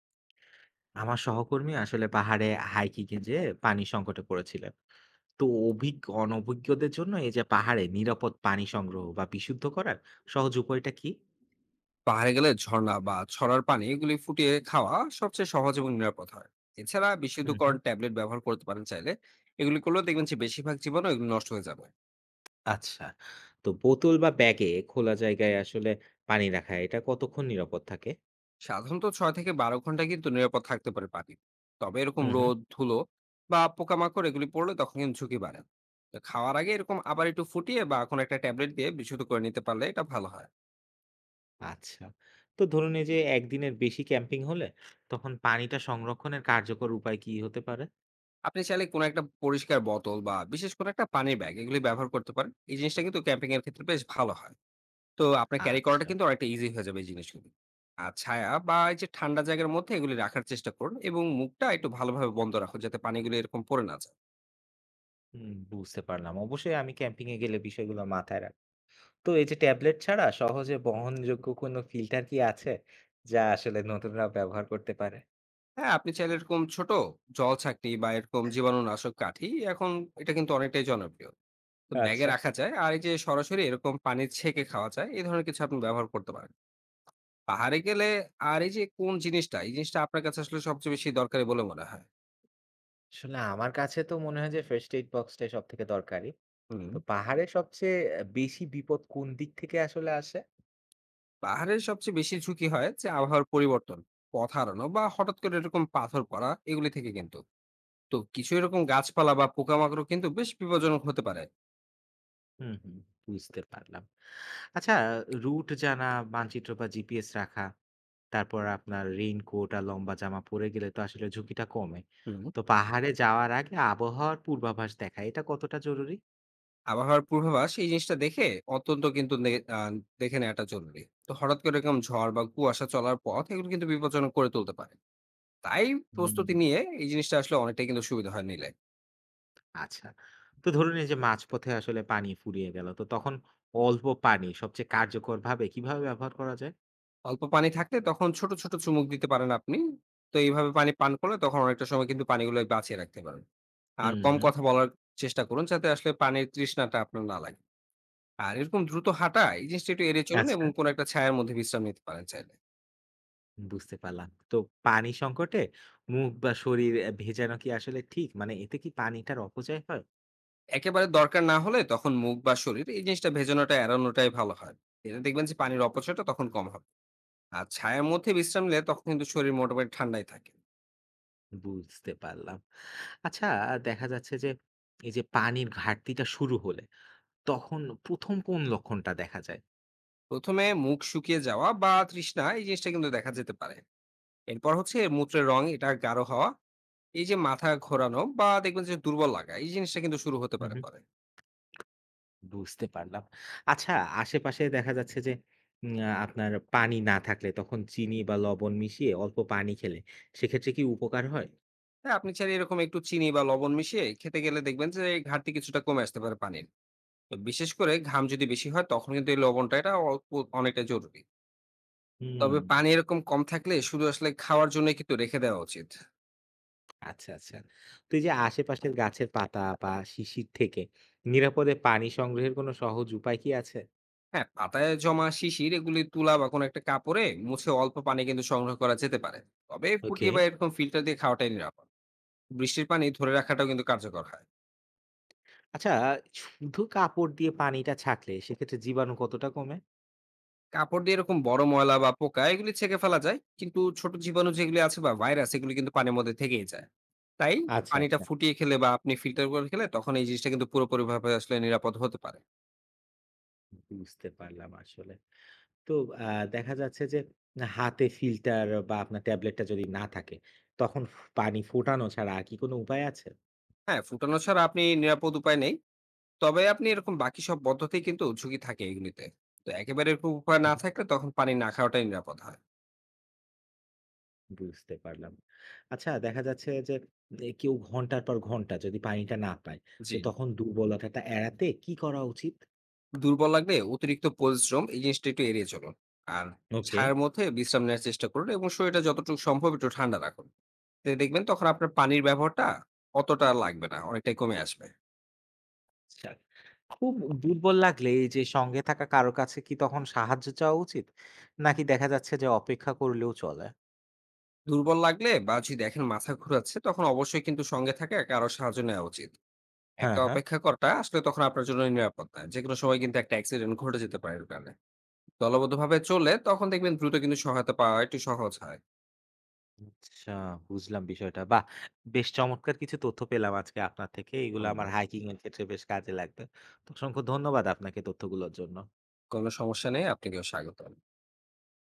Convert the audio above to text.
আমার সহকর্মী আসলে পাহাড়ে হাইকিং এ যেয়ে পানি সংকটে পড়েছিলেন। তো অভিজ্ঞ অনভিজ্ঞদের জন্য এই যে পাহাড়ে নিরাপদ পানি সংগ্রহ বা বিশুদ্ধ করার সহজ উপায়টা কি? পাহাড়ে গেলে ঝর্ণা বা ছড়ার পানি এগুলি ফুটিয়ে খাওয়া সবচেয়ে সহজ এবং নিরাপদ হয়। এছাড়া হুম বিশুদ্ধকরণ হুম। ট্যাবলেট ব্যবহার করতে পারেন চাইলে। এগুলি করলেও দেখবেন যে বেশিরভাগ জীবাণু এগুলো নষ্ট হয়ে যাবে। আচ্ছা, তো বোতল বা ব্যাগে খোলা জায়গায় আসলে পানি রাখা এটা কতক্ষণ নিরাপদ থাকে? সাধারণত ৬ থেকে ১২ ঘন্টা কিন্তু নিরাপদ থাকতে পারে পানি। তবে এরকম হুম হুম। রোদ, ধুলো বা পোকামাকড় এগুলি পড়লে তখন কিন্তু ঝুঁকি বাড়ে। তো খাওয়ার আগে এরকম আবার একটু ফুটিয়ে বা কোনো একটা ট্যাবলেট দিয়ে বিশুদ্ধ করে নিতে পারলে এটা ভালো হয়। আচ্ছা, তো ধরুন এই যে একদিনের বেশি ক্যাম্পিং হলে তখন পানিটা সংরক্ষণের কার্যকর উপায় কি হতে পারে? আপনি চাইলে কোনো একটা পরিষ্কার বোতল বা বিশেষ কোনো একটা পানির ব্যাগ এগুলি ব্যবহার করতে পারেন। এই জিনিসটা কিন্তু ক্যাম্পিং এর ক্ষেত্রে বেশ ভালো হয়। তো আপনার ক্যারি করাটা আচ্ছা, কিন্তু অনেকটা ইজি হয়ে যাবে এই জিনিসগুলো। আর ছায়া বা এই যে ঠান্ডা জায়গার মধ্যে এগুলি রাখার চেষ্টা করুন এবং মুখটা একটু ভালোভাবে বন্ধ রাখুন, যাতে পানিগুলো এরকম পড়ে না যায়। হুম, বুঝতে পারলাম। অবশ্যই আমি ক্যাম্পিং এ গেলে বিষয়গুলো মাথায় রাখবো। তো এই যে ট্যাবলেট ছাড়া সহজে বহনযোগ্য কোনো ফিল্টার কি আছে? যা আসলে নতুনরা ব্যবহার করতে পারে? হ্যাঁ, আপনি চাইলে এরকম ছোট জল ছাঁকনি বা এরকম জীবাণুনাশক কাঠি, এখন এটা কিন্তু অনেকটাই জনপ্রিয়। তো ব্যাগে আচ্ছা। রাখা যায়। আর এই যে সরাসরি এরকম পানি ছেঁকে খাওয়া যায়, এ ধরনের কিছু আপনি ব্যবহার করতে পারেন। পাহাড়ে গেলে আর এই যে কোন জিনিসটা, এই জিনিসটা আপনার কাছে আসলে সবচেয়ে বেশি দরকারি বলে মনে হয়? আসলে আমার কাছে তো মনে হয় যে ফার্স্ট এইড বক্সটাই সবথেকে দরকারি। হুম। তো পাহাড়ে সবচেয়ে বেশি বিপদ কোন দিক থেকে আসলে আসে? পাহাড়ের সবচেয়ে বেশি ঝুঁকি হয় যে আবহাওয়ার পরিবর্তন, পথ হারানো বা হঠাৎ করে এরকম পাথর পড়া এগুলি থেকে কিন্তু। তো কিছু এরকম গাছপালা বা পোকামাকড়ও কিন্তু বেশ বিপজ্জনক হতে পারে। হুম, হুম। বুঝতে পারলাম। আচ্ছা, রুট জানা, মানচিত্র বা জিপিএস রাখা, তারপর আপনার রেইনকোট আর লম্বা জামা পরে গেলে তো আসলে ঝুঁকিটা কমে। হুম। তো পাহাড়ে যাওয়ার আগে আবহাওয়ার পূর্বাভাস দেখা এটা কতটা জরুরি? আবহাওয়ার পূর্বাভাস এই জিনিসটা দেখে অত্যন্ত কিন্তু দেখে নেওয়াটা জরুরি। তো হঠাৎ করে এরকম ঝড় বা কুয়াশা চলার পথ এগুলো কিন্তু বিপজ্জনক করে তুলতে পারে। তাই প্রস্তুতি নিয়ে এই জিনিসটা আসলে অনেকটাই কিন্তু সুবিধা হয় নিলে। আচ্ছা। তো ধরুন এই যে মাঝপথে আসলে পানি ফুরিয়ে গেল। তো তখন অল্প পানি সবচেয়ে কার্যকরভাবে কিভাবে ব্যবহার করা যায়? অল্প পানি থাকলে তখন ছোট, ছোট চুমুক দিতে পারেন আপনি। তো এইভাবে পানি পান করলে তখন অনেকটা সময় কিন্তু পানিগুলো বাঁচিয়ে রাখতে পারেন। আর হুম, কম হুম। কথা বলার চেষ্টা করুন, যাতে আসলে পানির তৃষ্ণাটা আপনার না লাগে। আর এরকম দ্রুত হাঁটা এই জিনিসটা একটু এড়িয়ে চলুন আচ্ছা। এবং কোনো একটা ছায়ার মধ্যে বিশ্রাম নিতে পারেন চাইলে। বুঝতে পারলাম। তো পানি সংকটে মুখ বা শরীর ভেজানো কি আসলে ঠিক? মানে এতে কি পানিটার অপচয় হয়? একেবারে দরকার না হলে তখন মুখ বা শরীর এই জিনিসটা ভেজানোটা এড়ানোটাই ভালো হয়। এতে দেখবেন যে পানির অপচয়টা তখন কম হবে। আর ছায়ার মধ্যে বিশ্রাম নিলে তখন কিন্তু শরীর মোটামুটি ঠান্ডাই থাকে। বুঝতে পারলাম। আচ্ছা, দেখা যাচ্ছে যে এই যে পানির ঘাটতিটা শুরু হলে তখন ১ম কোন লক্ষণটা দেখা যায়? ১ম এ মুখ শুকিয়ে যাওয়া বা তৃষ্ণা এই জিনিসটা কিন্তু দেখা যেতে পারে। এরপর হচ্ছে মূত্রের রং এটা গাঢ় হওয়া, এই যে মাথা ঘোরানো বা দেখবেন যে দুর্বল লাগা এই জিনিসটা কিন্তু শুরু হতে হুম, পারে হুম। পরে। বুঝতে পারলাম। আচ্ছা, আশেপাশে দেখা যাচ্ছে যে উম আ আপনার পানি না থাকলে তখন চিনি বা লবণ মিশিয়ে অল্প পানি খেলে সেক্ষেত্রে কি উপকার হয়? হ্যাঁ, আপনি চাইলে এরকম একটু চিনি বা লবণ মিশিয়ে খেতে গেলে দেখবেন যে ঘাটতি কিছুটা কমে আসতে পারে পানির। তো বিশেষ করে ঘাম যদি বেশি হয় তখন কিন্তু এই লবণটা এটা অল্প অনেকটা জরুরি। হুম, তবে পানি এরকম কম থাকলে শুধু আসলে খাওয়ার জন্য কিন্তু রেখে দেওয়া উচিত। আচ্ছা, আচ্ছা। তো এই যে আশেপাশের গাছের পাতা বা শিশির থেকে নিরাপদে পানি সংগ্রহের কোনো সহজ উপায় কি আছে? হ্যাঁ, পাতায় জমা শিশির এগুলি তুলা বা কোনো একটা কাপড়ে মুছে অল্প পানি কিন্তু সংগ্রহ করা যেতে পারে। তবে ওকে। ফুটিয়ে বা এরকম ফিল্টার দিয়ে খাওয়াটাই নিরাপদ। বৃষ্টির পানি ধরে রাখাটাও কিন্তু কার্যকর হয়। আচ্ছা, শুধু কাপড় দিয়ে পানিটা ছাঁকলে সেক্ষেত্রে জীবাণু কতটা কমে? কাপড় দিয়ে এরকম বড় ময়লা বা পোকা এগুলি ছেঁকে ফেলা যায়, কিন্তু ছোট জীবাণু যেগুলি আছে বা ভাইরাস এগুলি কিন্তু পানির মধ্যে থেকেই যায়। তাই আচ্ছা, পানিটা আচ্ছা। ফুটিয়ে খেলে বা আপনি ফিল্টার করে খেলে তখন এই জিনিসটা কিন্তু পুরোপুরি ভাবে আসলে নিরাপদ হতে পারে। বুঝতে পারলাম আসলে। তো আ দেখা যাচ্ছে যে হাতে ফিল্টার বা আপনার ট্যাবলেটটা যদি না থাকে, তখন পানি ফোটানো ছাড়া আর কি কোনো উপায় আছে? হ্যাঁ, ফুটানো ছাড়া আপনি নিরাপদ উপায় নেই। তবে আপনি এরকম বাকি সব পদ্ধতি কিন্তু ঝুঁকি থাকে এগুলিতে। তো একেবারে এরকম উপায় হু, না হু। থাকলে তখন পানি না খাওয়াটাই নিরাপদ হয়। বুঝতে পারলাম। আচ্ছা, দেখা যাচ্ছে যে কেউ ঘন্টার পর ঘন্টা যদি পানিটা না পায়, জি। তো তখন দুর্বলতাটা এড়াতে কি করা উচিত? দুর্বল লাগলে অতিরিক্ত পরিশ্রম এই জিনিসটা একটু এড়িয়ে চলুন। আর ওকে। ছায়ার মধ্যে বিশ্রাম নেওয়ার চেষ্টা করুন এবং শরীরটা যতটুকু সম্ভব একটু ঠান্ডা রাখুন। তে দেখবেন তখন আপনার পানির ব্যবহারটা অতটা আর লাগবে না। অনেকটাই কমে আসবে। আচ্ছা। খুব দুর্বল লাগলে এই যে সঙ্গে থাকা কারো কাছে কি তখন সাহায্য চাওয়া উচিত? নাকি দেখা যাচ্ছে যে অপেক্ষা করলেও চলে? দুর্বল লাগলে বা যদি দেখেন মাথা ঘুরাচ্ছে তখন অবশ্যই কিন্তু সঙ্গে থাকা কারো সাহায্য নেওয়া উচিত। হ্যাঁ, একা হ্যাঁ। অপেক্ষা করাটা আসলে তখন আপনার জন্য নিরাপদ না। যেকোনো সময় কিন্তু একটা অ্যাক্সিডেন্ট ঘটে যেতে পারে এর কারণে। দলবদ্ধভাবে চললে তখন দেখবেন দ্রুত কিন্তু সহায়তা পাওয়া একটু সহজ হয়। আচ্ছা, বুঝলাম বিষয়টা। বাহ! বেশ চমৎকার কিছু তথ্য পেলাম আজকে আপনার থেকে। এগুলো হুম। আমার হাইকিং এর ক্ষেত্রে বেশ কাজে লাগবে। তো অসংখ্য ধন্যবাদ আপনাকে তথ্যগুলোর জন্য। কোনো সমস্যা নেই। আপনাকেও স্বাগতম।